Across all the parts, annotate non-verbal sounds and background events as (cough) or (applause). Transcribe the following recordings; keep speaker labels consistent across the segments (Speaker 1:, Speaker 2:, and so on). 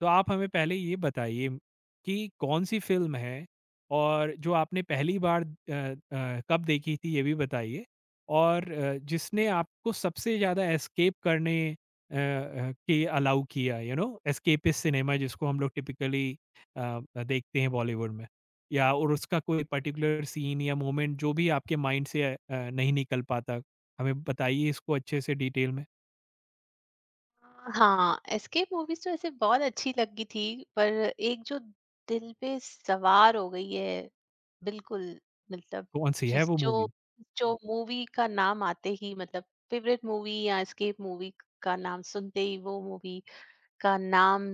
Speaker 1: तो आप हमें पहले ये बताइए कि कौन-सी फ़िल्म है और जो आपने पहली बार कब देखी थी ये भी बताइए? और जिसने आपको सबसे ज़्यादा एस्केप करने के अलाउ किया यू नो एस्केपिस्ट सिनेमा जिसको हम लोग टिपिकली देखते हैं बॉलीवुड में? या और उसका कोई पर्टिकुलर सीन या मोमेंट जो भी आपके माइंड से नहीं निकल पाता? हमें बताइए इसको अच्छे से डिटेल में।
Speaker 2: हाँ, एस्केप मूवीज़ तो ऐसे बहुत अच्छी लगी थी, पर एक जो दिल पे सवार हो गई है, बिल्कुल मतलब
Speaker 1: कौन-सी है
Speaker 2: जिस
Speaker 1: वो
Speaker 2: जो
Speaker 1: मूवी?
Speaker 2: जो मूवी का नाम आते ही मतलब फेवरेट मूवी या एस्केप मूवी का नाम सुनते ही वो मूवी का नाम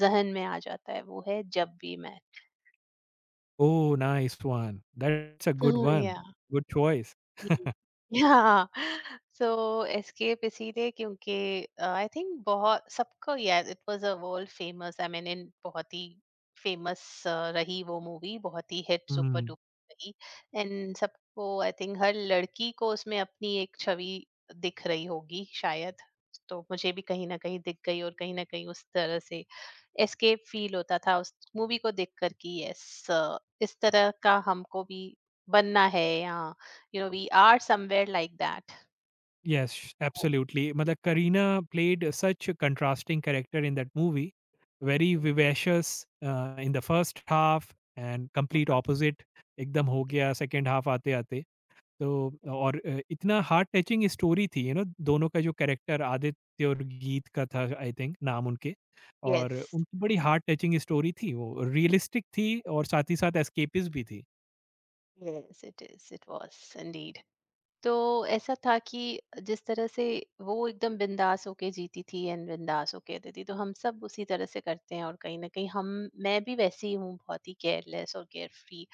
Speaker 2: ज़हन में आ जाता है, वो है Jab we met.
Speaker 1: Oh, nice one. That's a good
Speaker 2: हाँ,
Speaker 1: one.
Speaker 2: या
Speaker 1: Good choice.
Speaker 2: जी। हाँ, सो एस्केप इसीलिए क्योंकि आई थिंक बहुत सबको यार it was a world famous I mean in बहुत ही फेमस रही वो मूवी बहुत ही हिट सुपर
Speaker 1: Mm.
Speaker 2: डुपर रही। एंड सबको आई थिंक हर लड़की को उसमें अपनी एक छवि दिख रही होगी शायद, तो मुझे भी कहीं ना कहीं दिख गई और कहीं ना कहीं उस तरह से एस्केप फील होता था उस मूवी को देख कर कि यस, इस तरह का हमको भी बनना है या You know, we are somewhere like that.
Speaker 1: Yes,
Speaker 2: Oh,
Speaker 1: absolutely. Mother Karina played such a contrasting character in that movie. Very
Speaker 2: yes,
Speaker 1: vivacious in the first half and complete
Speaker 2: हाँ,
Speaker 1: opposite एकदम हो
Speaker 2: yeah.
Speaker 1: गया second half आते आते। तो और इतना heart touching story थी, यू नो, दोनों का जो कैरेक्टर आदित्य और गीत का था, आई थिंक नाम उनके। और
Speaker 2: Yes,
Speaker 1: उनकी बड़ी हार्ट टचिंग स्टोरी थी, वो रियलिस्टिक थी और साथ ही साथ एस्केपिस्ट भी थी।
Speaker 2: Yes, yes, yes, it is. It was indeed. तो ऐसा था कि जिस तरह से वो एकदम बिंदास होके जीती थी एंड बिंदास होके रहती थी, तो हम सब उसी तरह से करते हैं और कहीं ना कहीं हम, मैं भी वैसी ही हूँ, बहुत ही केयरलेस और केयर,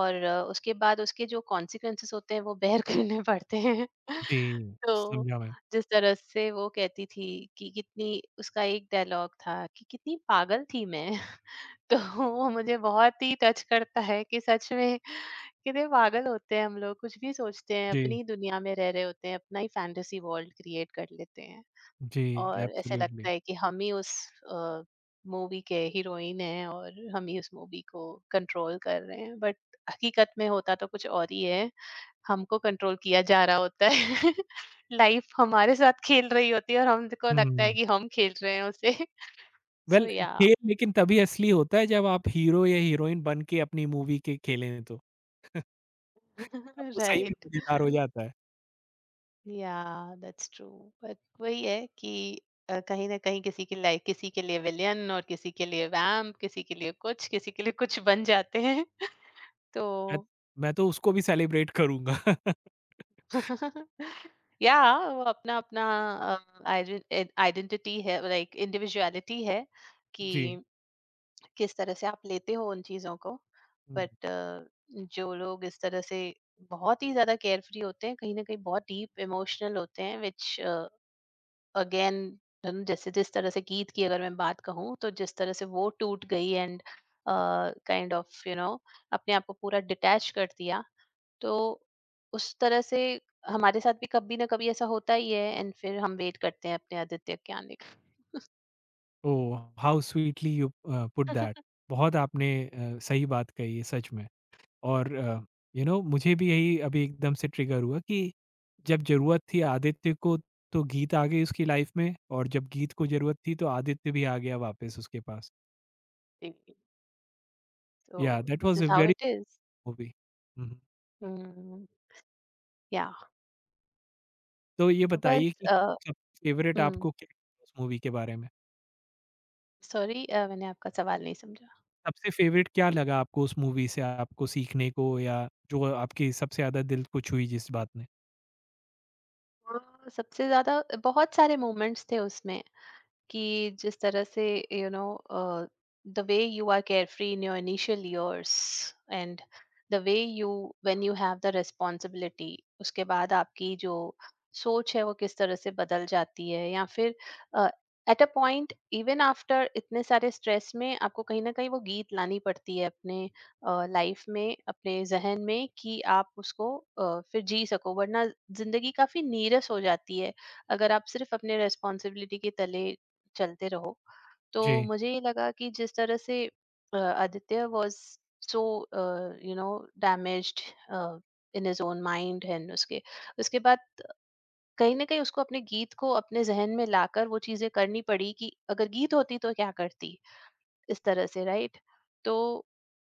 Speaker 2: और उसके बाद उसके जो कॉन्सिक्वेंसेस होते हैं वो बेयर (laughs) करने पड़ते हैं (laughs)
Speaker 1: जी,
Speaker 2: तो
Speaker 1: समझा मैं।
Speaker 2: जिस तरह से वो कहती थी कि कितनी, उसका एक डायलॉग था कि कितनी पागल थी मैं (laughs) तो वो मुझे बहुत ही टच करता है कि सच में कितने पागल होते हैं हम लोग, कुछ भी सोचते हैं, अपनी
Speaker 1: जी।
Speaker 2: ही दुनिया में रह रहे होते हैं, अपना ही फैंटेसी वर्ल्ड क्रिएट कर लेते हैं
Speaker 1: जी।
Speaker 2: और ऐसे
Speaker 1: एब्सोल्यूटली।
Speaker 2: लगता है कि हम ही उस मूवी के हीरोइन हैं और हम ही उस मूवी को कंट्रोल कर रहे हैं, बट हकीकत में होता तो कुछ और ही है, हमको कंट्रोल किया जा रहा होता है (laughs) लाइफ हमारे साथ खेल रही होती है और हमको लगता है
Speaker 1: हुँ।
Speaker 2: कि हम खेल रहे हैं उसे (laughs)
Speaker 1: वेल
Speaker 2: सो या,
Speaker 1: खेल लेकिन तभी असली होता है जब आप हीरो या हीरोइन बन के अपनी मूवी के खेलें तो तब वो सही में
Speaker 2: राइट,
Speaker 1: मज़ेदार हो जाता है।
Speaker 2: या, दैट्स ट्रू, बट वही है कि कहीं ना कहीं किसी की लाइफ किसी के लिए विलियन और किसी के लिए वैम्प, किसी के लिए कुछ किसी के लिए कुछ बन जाते हैं तो
Speaker 1: मैं मैं तो उसको भी सेलिब्रेट करूँगा। (laughs)
Speaker 2: (laughs) या वो अपना अपना आइडेंटिटी है, लाइक इंडिविजुअलिटी है कि
Speaker 1: जी।
Speaker 2: किस तरह से आप लेते हो उन चीजों को।
Speaker 1: हुँ।
Speaker 2: बट जो लोग इस तरह से बहुत ही ज्यादा केयरफ्री होते हैं, कहीं ना कहीं बहुत डीप इमोशनल होते हैं, विच अगेन जैसे जिस तरह से गीत की अगर मैं बात कहूँ, तो जिस तरह से वो टूट गई and kind of you know अपने आप को पूरा डिटैच कर दिया, तो उस तरह से हमारे साथ भी कभी ना कभी ऐसा होता ही है एंड फिर हम वेट करते हैं अपने आदित्य के आने के
Speaker 1: oh! How sweetly you put that. बहुत आपने सही बात कही है सच में। और यू नो मुझे भी यही अभी एकदम से ट्रिगर हुआ कि जब ज़रूरत थी आदित्य को तो गीत आ गई उसकी लाइफ में, और जब गीत को ज़रूरत थी तो आदित्य भी आ गया वापस उसके पास।
Speaker 2: लिए। तो
Speaker 1: yeah that
Speaker 2: this
Speaker 1: was a
Speaker 2: is how
Speaker 1: very
Speaker 2: it is.
Speaker 1: Movie. Hmm, hmm.
Speaker 2: Yeah,
Speaker 1: तो ये
Speaker 2: तो
Speaker 1: बताइए
Speaker 2: बस
Speaker 1: कि सबसे फ़ेवरेट
Speaker 2: हम्म।
Speaker 1: आपको क्या लगा उस मूवी के बारे में?
Speaker 2: सॉरी, मैंने आपका सवाल नहीं समझा।
Speaker 1: सबसे फ़ेवरेट क्या लगा आपको उस मूवी से आपको सीखने को, या जो आपकी सबसे ज़्यादा दिल को छुई जिस बात ने?
Speaker 2: हाँ, सबसे ज्यादा बहुत सारे मोमेंट्स थे उसमें, कि जिस तरह से you know the way you are carefree in your initial years, and the way you when you have the responsibility, उसके बाद आपकी जो सोच है वो किस तरह से बदल जाती है, या फिर at a point even after इतने सारे स्ट्रेस में आपको कहीं ना कहीं वो गीत लानी पड़ती है अपने लाइफ में, अपने जहन में कि आप उसको फिर जी सको, वरना जिंदगी काफी नीरस हो जाती है अगर आप सिर्फ अपने रेस्पॉन्सिबिलिटी के तले चलते रहो। तो
Speaker 1: जी।
Speaker 2: मुझे ये लगा कि जिस तरह से Aditya was so you know damaged in his own mind, and उसके उसके बाद कहीं ना कहीं उसको अपने गीत को अपने जहन में लाकर वो चीजें करनी पड़ी कि अगर गीत होती तो क्या करती, इस तरह से राइट। तो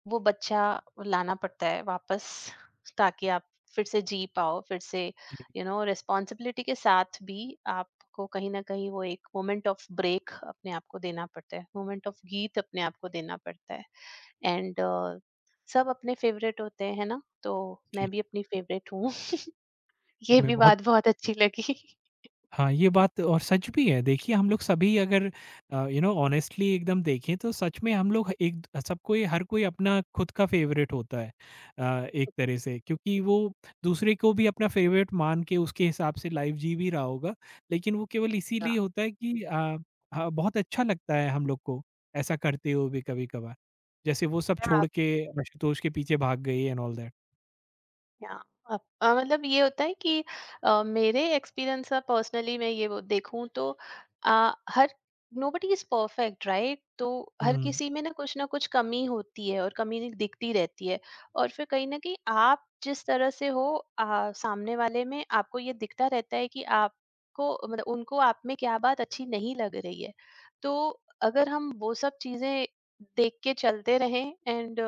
Speaker 2: वो बच्चा लाना पड़ता है वापस, ताकि आप फिर से जी पाओ, फिर से यू नो रिस्पॉन्सिबिलिटी के साथ भी आपको कहीं ना कहीं वो एक मोमेंट ऑफ ब्रेक अपने आप को देना पड़ता है, मोमेंट ऑफ गीत अपने आप को देना पड़ता है। एंड सब अपने फेवरेट होते हैं है ना, तो
Speaker 1: जी।
Speaker 2: मैं भी अपनी फेवरेट हूँ (laughs) ये
Speaker 1: मैं
Speaker 2: भी
Speaker 1: बहुत।
Speaker 2: बात बहुत अच्छी लगी
Speaker 1: हाँ, ये बात और सच भी है। देखिए हम लोग सभी अगर यू नो ऑनेस्टली एकदम देखें तो सच में हम लोग एक सबको ये- हर कोई अपना खुद का फ़ेवरेट होता है अ, एक तरह
Speaker 2: (laughs)
Speaker 1: से, क्योंकि वो दूसरे को भी अपना फ़ेवरेट मान के उसके हिसाब से लाइफ़ जी भी रहा होगा। लेकिन वो केवल इसीलिए होता है कि हाँ, बहुत अच्छा लगता है हम लोग को ऐसा करते हुए भी कभी-कभार। जैसे वो सब छोड़
Speaker 2: हाँ।
Speaker 1: के आशुतोष के पीछे भाग गई एंड ऑल दैट।
Speaker 2: या, अब मतलब ये होता है कि मेरे एक्सपीरियंस का पर्सनली मैं ये वो देखूं तो हर, नोबडी इज परफेक्ट राइट, तो हर
Speaker 1: हुँ,
Speaker 2: किसी में ना कुछ कमी होती है और कमी दिखती रहती है, और फिर कहीं ना कहीं आप जिस तरह से हो, सामने वाले में आपको ये दिखता रहता है कि आपको मतलब उनको आप में क्या बात अच्छी नहीं लग रही है। तो अगर हम वो सब चीजें देख के चलते रहें एंड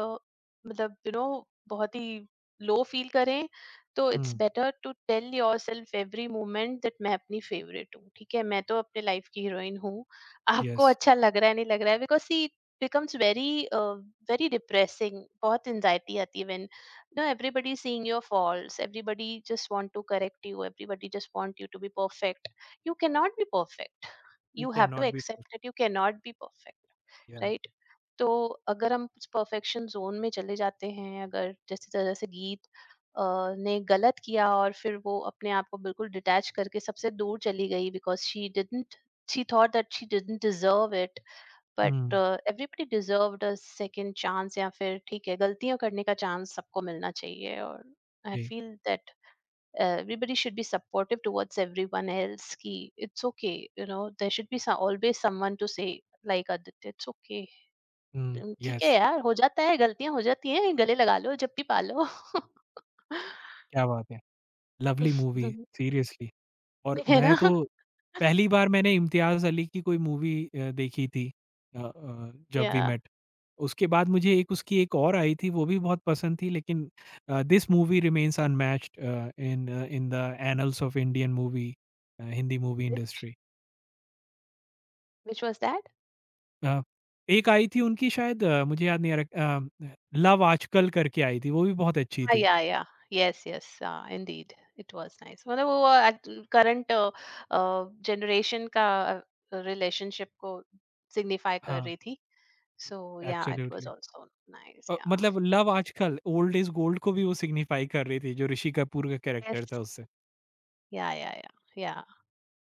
Speaker 2: मतलब यू नो बहुत ही लो फील करें, तो it's
Speaker 1: hmm.
Speaker 2: Better to tell yourself every moment that मैं अपनी फेवरेट हूँ, ठीक है, मैं तो अपने लाइफ की हीरोइन हूँ। आपको
Speaker 1: येस,
Speaker 2: अच्छा लग रहा है नहीं लग रहा है, because she becomes very uh, very depressing। बहुत anxiety आती है when you know everybody is seeing your faults, everybody just want to correct you, everybody just want you to be perfect. You cannot be perfect.
Speaker 1: We
Speaker 2: You
Speaker 1: can
Speaker 2: have
Speaker 1: not
Speaker 2: to
Speaker 1: be pushed.
Speaker 2: accept that you cannot be perfect,
Speaker 1: या।
Speaker 2: right। तो अगर हम उस perfection zone में चले जाते हैं, अगर जैसे तरह से गीत अ, ने गलत किया और फिर वो अपने आप को बिल्कुल डिटैच करके सबसे दूर चली गई, because she didn't, she thought that she didn't deserve it, but
Speaker 1: hmm,
Speaker 2: everybody deserved a second chance, या फिर ठीक है गलतियां करने का चांस सबको मिलना चाहिए। और आई
Speaker 1: जी।
Speaker 2: Feel that everybody should be supportive towards everyone else ki it's okay, you know there should be some, always someone to say like aditya it's okay।
Speaker 1: Hmm,
Speaker 2: ठीक है
Speaker 1: यस।
Speaker 2: यार, हो जाता है, गलतियाँ हो जाती हैं, गले लगा लो, जब भी पालो। (laughs)
Speaker 1: क्या बात है! Lovely movie, seriously. और
Speaker 2: है ना?
Speaker 1: मैं तो पहली बार मैंने इम्तियाज़ अली की कोई मूवी देखी थी जब वी
Speaker 2: Yeah,
Speaker 1: मेट। उसके बाद मुझे एक उसकी एक और आई थी वो भी बहुत पसंद थी, लेकिन this movie remains unmatched in in the annals of Indian movie Hindi movie
Speaker 2: which
Speaker 1: industry.
Speaker 2: was that?
Speaker 1: Uh, एक आई थी उनकी, शायद मुझे याद नहीं आ रहा लव आजकल करके आई थी, वो भी बहुत अच्छी
Speaker 2: Ah,
Speaker 1: थी।
Speaker 2: yeah, yeah. Yes, yes, indeed. It was nice. मतलब वो अट करंट जनरेशन का रिलेशनशिप को सिग्निफाई कर
Speaker 1: हाँ,
Speaker 2: रही थी। So yeah, it was
Speaker 1: absolutely.
Speaker 2: Also nice, yeah.
Speaker 1: मतलब लव आजकल ओल्ड इज गोल्ड को भी वो सिग्निफाई कर रही थी, जो ऋषि कपूर का
Speaker 2: यस।
Speaker 1: कैरेक्टर था उससे।
Speaker 2: या, या।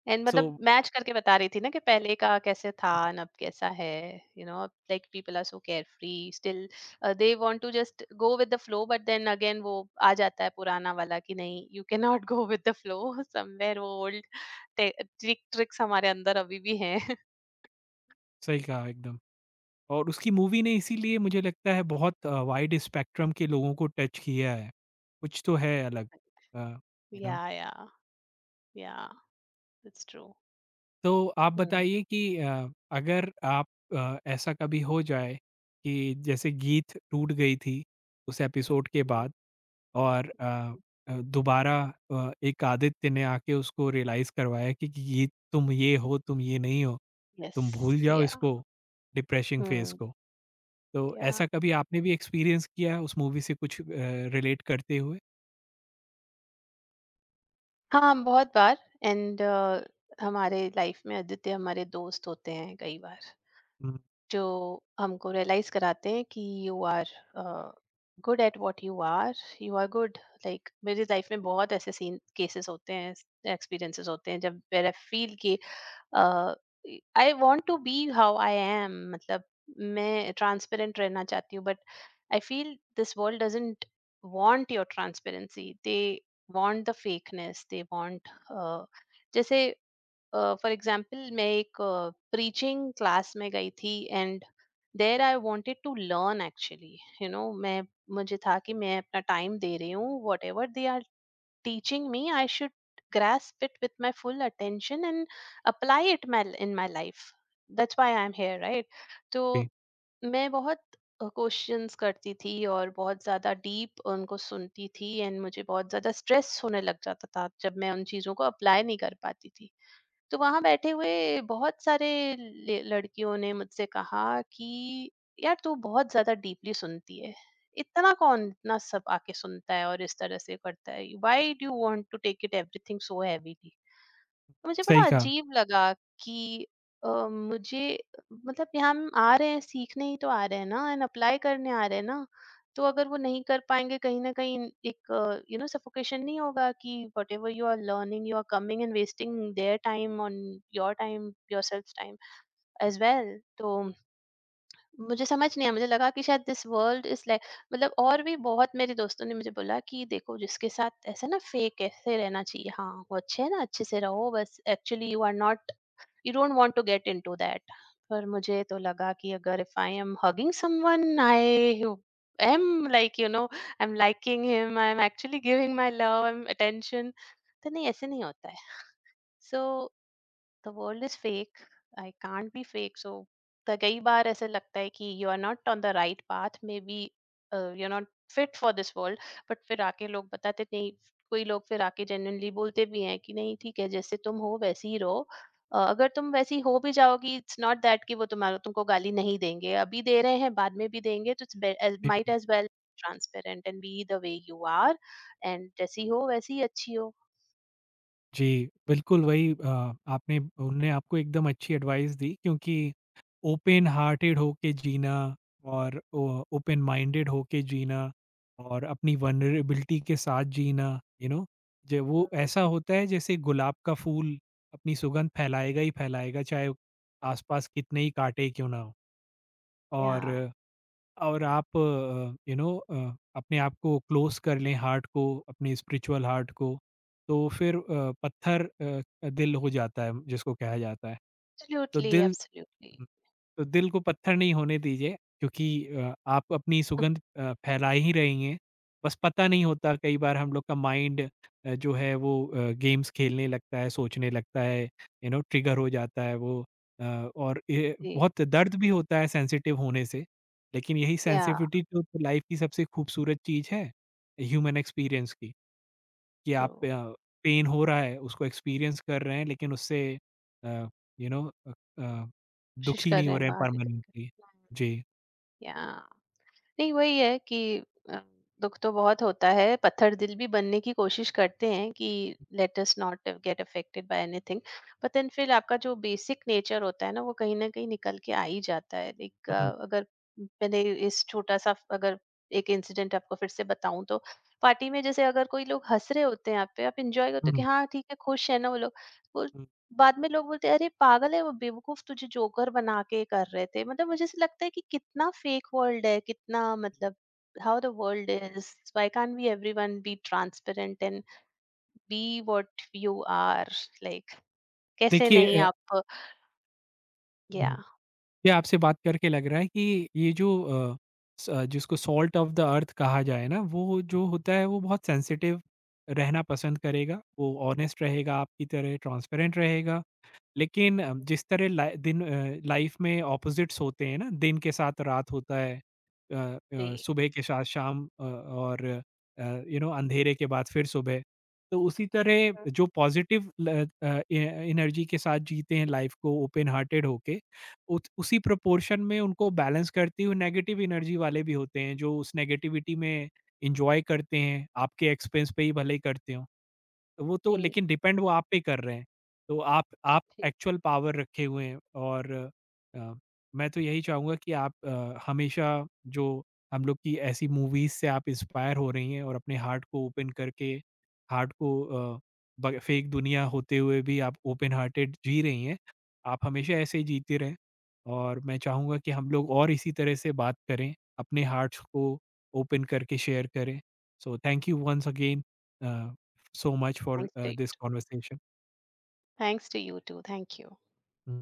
Speaker 2: एंड
Speaker 1: सो
Speaker 2: मतलब मैच करके बता रही थी ना कि पहले का कैसे था एंड अब कैसा है, you know like people are so carefree still, they want to just go with the flow but then again वो आ जाता है पुराना वाला कि नहीं, you can not go with the flow somewhere वो ओल्ड ट्रिक्स (laughs) हमारे अंदर अभी भी हैं (laughs)
Speaker 1: सही कहा एकदम। और उसकी मूवी ने इसीलिए मुझे लगता है बहुत वाइड स्पेक्ट्रम के लोगों को टच किया है। कुछ तो है अलग। Uh, you
Speaker 2: yeah
Speaker 1: know?
Speaker 2: Yeah yeah, it's true.
Speaker 1: तो आप
Speaker 2: हम्म,
Speaker 1: बताइए कि अगर आप ऐसा कभी हो जाए कि जैसे गीत टूट गई थी उस एपिसोड के बाद, और दोबारा एक आदित्य ने आके उसको रियलाइज़ करवाया कि ये तुम ये हो, तुम ये नहीं हो,
Speaker 2: यस,
Speaker 1: तुम भूल जाओ
Speaker 2: या,
Speaker 1: इसको, डिप्रेसिंग फ़ेज़
Speaker 2: हम्म,
Speaker 1: को। तो
Speaker 2: या,
Speaker 1: ऐसा कभी आपने भी एक्सपीरियंस किया है उस मूवी से कुछ रिलेट करते हुए?
Speaker 2: हाँ, बहुत बार। एंड हमारे लाइफ में आदित्य हमारे दोस्त होते हैं कई बार,
Speaker 1: हुँ,
Speaker 2: जो हमको रियलाइज कराते हैं कि you are good at what you are, you are good, like मेरी लाइफ में बहुत ऐसे सीन केसेस होते हैं, एक्सपीरियंसेस होते हैं जब वेर आई फील कि I want to be how I am, मतलब मैं ट्रांसपेरेंट रहना चाहती हूँ, but I feel this world doesn't want your transparency, they want the fakeness, they want, जैसे फॉर एग्जाम्पल मैं एक प्रीचिंग क्लास में गई थी, and there I wanted to learn actually, you know मैं, मुझे था कि मैं अपना टाइम दे रही हूँ, whatever they are teaching me I should grasp it with my full attention and apply it my in my life, that's why I am here right. तो
Speaker 1: जी,
Speaker 2: मैं बहुत क्वेश्चंस करती थी और बहुत ज़्यादा डीप उनको सुनती थी, एंड मुझे बहुत ज़्यादा स्ट्रेस होने लग जाता था जब मैं उन चीज़ों को अप्लाई नहीं कर पाती थी। तो वहाँ बैठे हुए बहुत सारे लड़कियों ने मुझसे कहा कि यार तू बहुत ज्यादा डीपली सुनती है, इतना कौन इतना सब आके सुनता है और इस तरह से करता है, why do want to take it everything so heavily. तो मुझे बड़ा
Speaker 1: सही कहा।
Speaker 2: अजीब लगा कि मुझे मतलब यहाँ हम आ रहे हैं सीखने ही तो आ रहे हैं ना, एंड अप्लाई करने आ रहे हैं ना। तो अगर वो नहीं कर पाएंगे कहीं ना कहीं एक यू नो सफोकेशन नहीं होगा कि whatever you are learning, you are coming and wasting their time on your time, your self time as well. तो मुझे समझ नहीं आया, मुझे लगा कि शायद दिस वर्ल्ड इज लाइक, मतलब और भी बहुत मेरे दोस्तों ने मुझे बोला कि देखो जिसके साथ ऐसा ना, फेक ऐसे रहना चाहिए हाँ वो अच्छे है ना अच्छे से रहो बस, actually you are not, you don't want to get into that. पर मुझे तो लगा कि अगर if I am hugging someone I am like you know i'm liking him i'm actually giving my love i'm attention, तो नहीं ऐसे नहीं होता है, सो the world is fake. I can't be fake. So the कई बार ऐसे लगता है कि you are not on the right path, maybe you not fit for this world. But फिर आके लोग बताते नहीं, कोई लोग फिर आके जेन्युइनली बोलते भी हैं कि नहीं ठीक है जैसे तुम हो वैसे ही रहो, अगर तुम वैसी हो भी जाओगी इट्स नॉट दैट कि वो तुम्हारा, तुमको गाली नहीं देंगे, अभी दे रहे हैं बाद में भी देंगे, तो इट्स
Speaker 1: जी।
Speaker 2: Might as well transparent and be the way you are, and जैसी हो वैसी ही अच्छी हो।
Speaker 1: जी, बिल्कुल वही आपने उनने आपको एकदम अच्छी एडवाइस दी, क्योंकि ओपन हार्टेड होके जीना, और ओ ओपन माइंडेड होके जीना, और अपनी वल्नरेबिलिटी के साथ जीना, यू नो? जो वो ऐसा
Speaker 2: हम्म,
Speaker 1: होता है जैसे गुलाब का फूल अपनी सुगंध फैलाएगा ही फैलाएगा, चाहे आसपास कितने ही कांटे क्यों ना हों।
Speaker 2: या,
Speaker 1: और और आप यू नो अपने आप को क्लोज कर लें हार्ट को, अपने स्पिरिचुअल हार्ट को, तो फिर पत्थर दिल हो जाता है जिसको कहा जाता है। तो
Speaker 2: एब्सोल्युटली
Speaker 1: दिल।
Speaker 2: एब्सोल्युटली।
Speaker 1: हुँ। तो दिल को पत्थर नहीं होने दीजिए, क्योंकि आप अपनी सुगंध फैला ही रही हैं। बस पता नहीं होता कई बार हम लोग का माइंड जो है वो गेम्स खेलने लगता है, सोचने लगता है, यू नो ट्रिगर हो जाता है वो। अ, और ये
Speaker 2: जी।
Speaker 1: बहुत दर्द भी होता है सेंसिटिव होने से। लेकिन यही
Speaker 2: या,
Speaker 1: सेंसिटिविटी तो लाइफ की सबसे खूबसूरत चीज़ है, ह्यूमन एक्सपीरियंस की। कि
Speaker 2: तो
Speaker 1: आप पेन हो रहा है, उसको एक्सपीरियंस कर रहे हैं, लेकिन उससे अ, यू नो अ अ,
Speaker 2: कोशिश
Speaker 1: दुखी
Speaker 2: कर
Speaker 1: नहीं
Speaker 2: रहे
Speaker 1: हो
Speaker 2: हैं
Speaker 1: रहे हैं
Speaker 2: बाहर निकल के।
Speaker 1: परमानेंटली।
Speaker 2: हुँ।
Speaker 1: जी।
Speaker 2: या, नहीं वही है कि अ, दुःख तो बहुत होता है, पत्थर दिल भी बनने की कोशिश करते हैं कि let us not get affected by anything, but then फिर आपका जो बेसिक नेचर होता है ना, वो कहीं न कहीं निकल के आ ही जाता है। लाइक
Speaker 1: हुँ,
Speaker 2: अगर मैंने इस छोटा-सा अगर एक इंसिडेंट आपको फिर से बताऊँ तो, पार्टी में जैसे अगर कोई लोग हँस रहे होते हैं आप पे, आप एन्जॉय करते हो कि
Speaker 1: हुँ,
Speaker 2: हाँ, ठीक है खुश है ना वो लोग। वो
Speaker 1: हुँ।
Speaker 2: बाद में लोग बोलते हैं अरे पागल है वो बेवकूफ, तुझे जोकर बना के कर रहे थे, मतलब मुझे ऐसा लगता है कि कितना फेक वर्ल्ड है, कितना मतलब how the world is, why can't be everyone be transparent and be what you are, like कैसे
Speaker 1: देखिए
Speaker 2: नहीं आप। या,
Speaker 1: हुँ, ये आपसे बात करके लग रहा है कि ये जो अ, जिसको सॉल्ट ऑफ द अर्थ कहा जाए ना, वो जो होता है वो बहुत सेंसिटिव रहना पसंद करेगा, वो ऑनेस्ट रहेगा आपकी तरह, ट्रांसपेरेंट रहेगा। लेकिन जिस तरह लाइ दिन लाइफ में ऑपोजिट्स होते हैं ना, दिन के साथ रात होता है, अ
Speaker 2: जी,
Speaker 1: सुबह के साथ शाम और यू नो अंधेरे के बाद फिर सुबह। तो उसी तरह जो पॉजिटिव ए एनर्जी के साथ जीते हैं लाइफ को ओपन हार्टेड होके, उत उसी प्रोपोर्शन में उनको बैलेंस करती हुई नेगेटिव एनर्जी वाले भी होते हैं, जो उस नेगेटिविटी में एन्जॉय करते हैं, आपके एक्सपेंस पे ही भले ही करते हों। वो तो
Speaker 2: जी,
Speaker 1: लेकिन डिपेंड वो आप पे कर रहे हैं। तो आप
Speaker 2: जी,
Speaker 1: एक्चुअल पावर रखे हुए हैं। और अ, मैं तो यही चाहूँगा कि आप हमेशा जो हम लोग की ऐसी मूवीज़ से आप इंस्पायर हो रही हैं और अपने हार्ट को ओपन करके हार्ट को अ, ब फेक दुनिया होते हुए भी आप ओपन हार्टेड जी रही हैं। आप हमेशा ऐसे ही जीती रहें, और मैं चाहूँगा कि हम लोग और इसी तरह से बात करें, अपने हार्ट्स को ओपन करके शेयर करें। So thank you once again uh so much for
Speaker 2: thanks to you,
Speaker 1: this conversation.
Speaker 2: Thanks to you too, thank you.
Speaker 1: Mhm.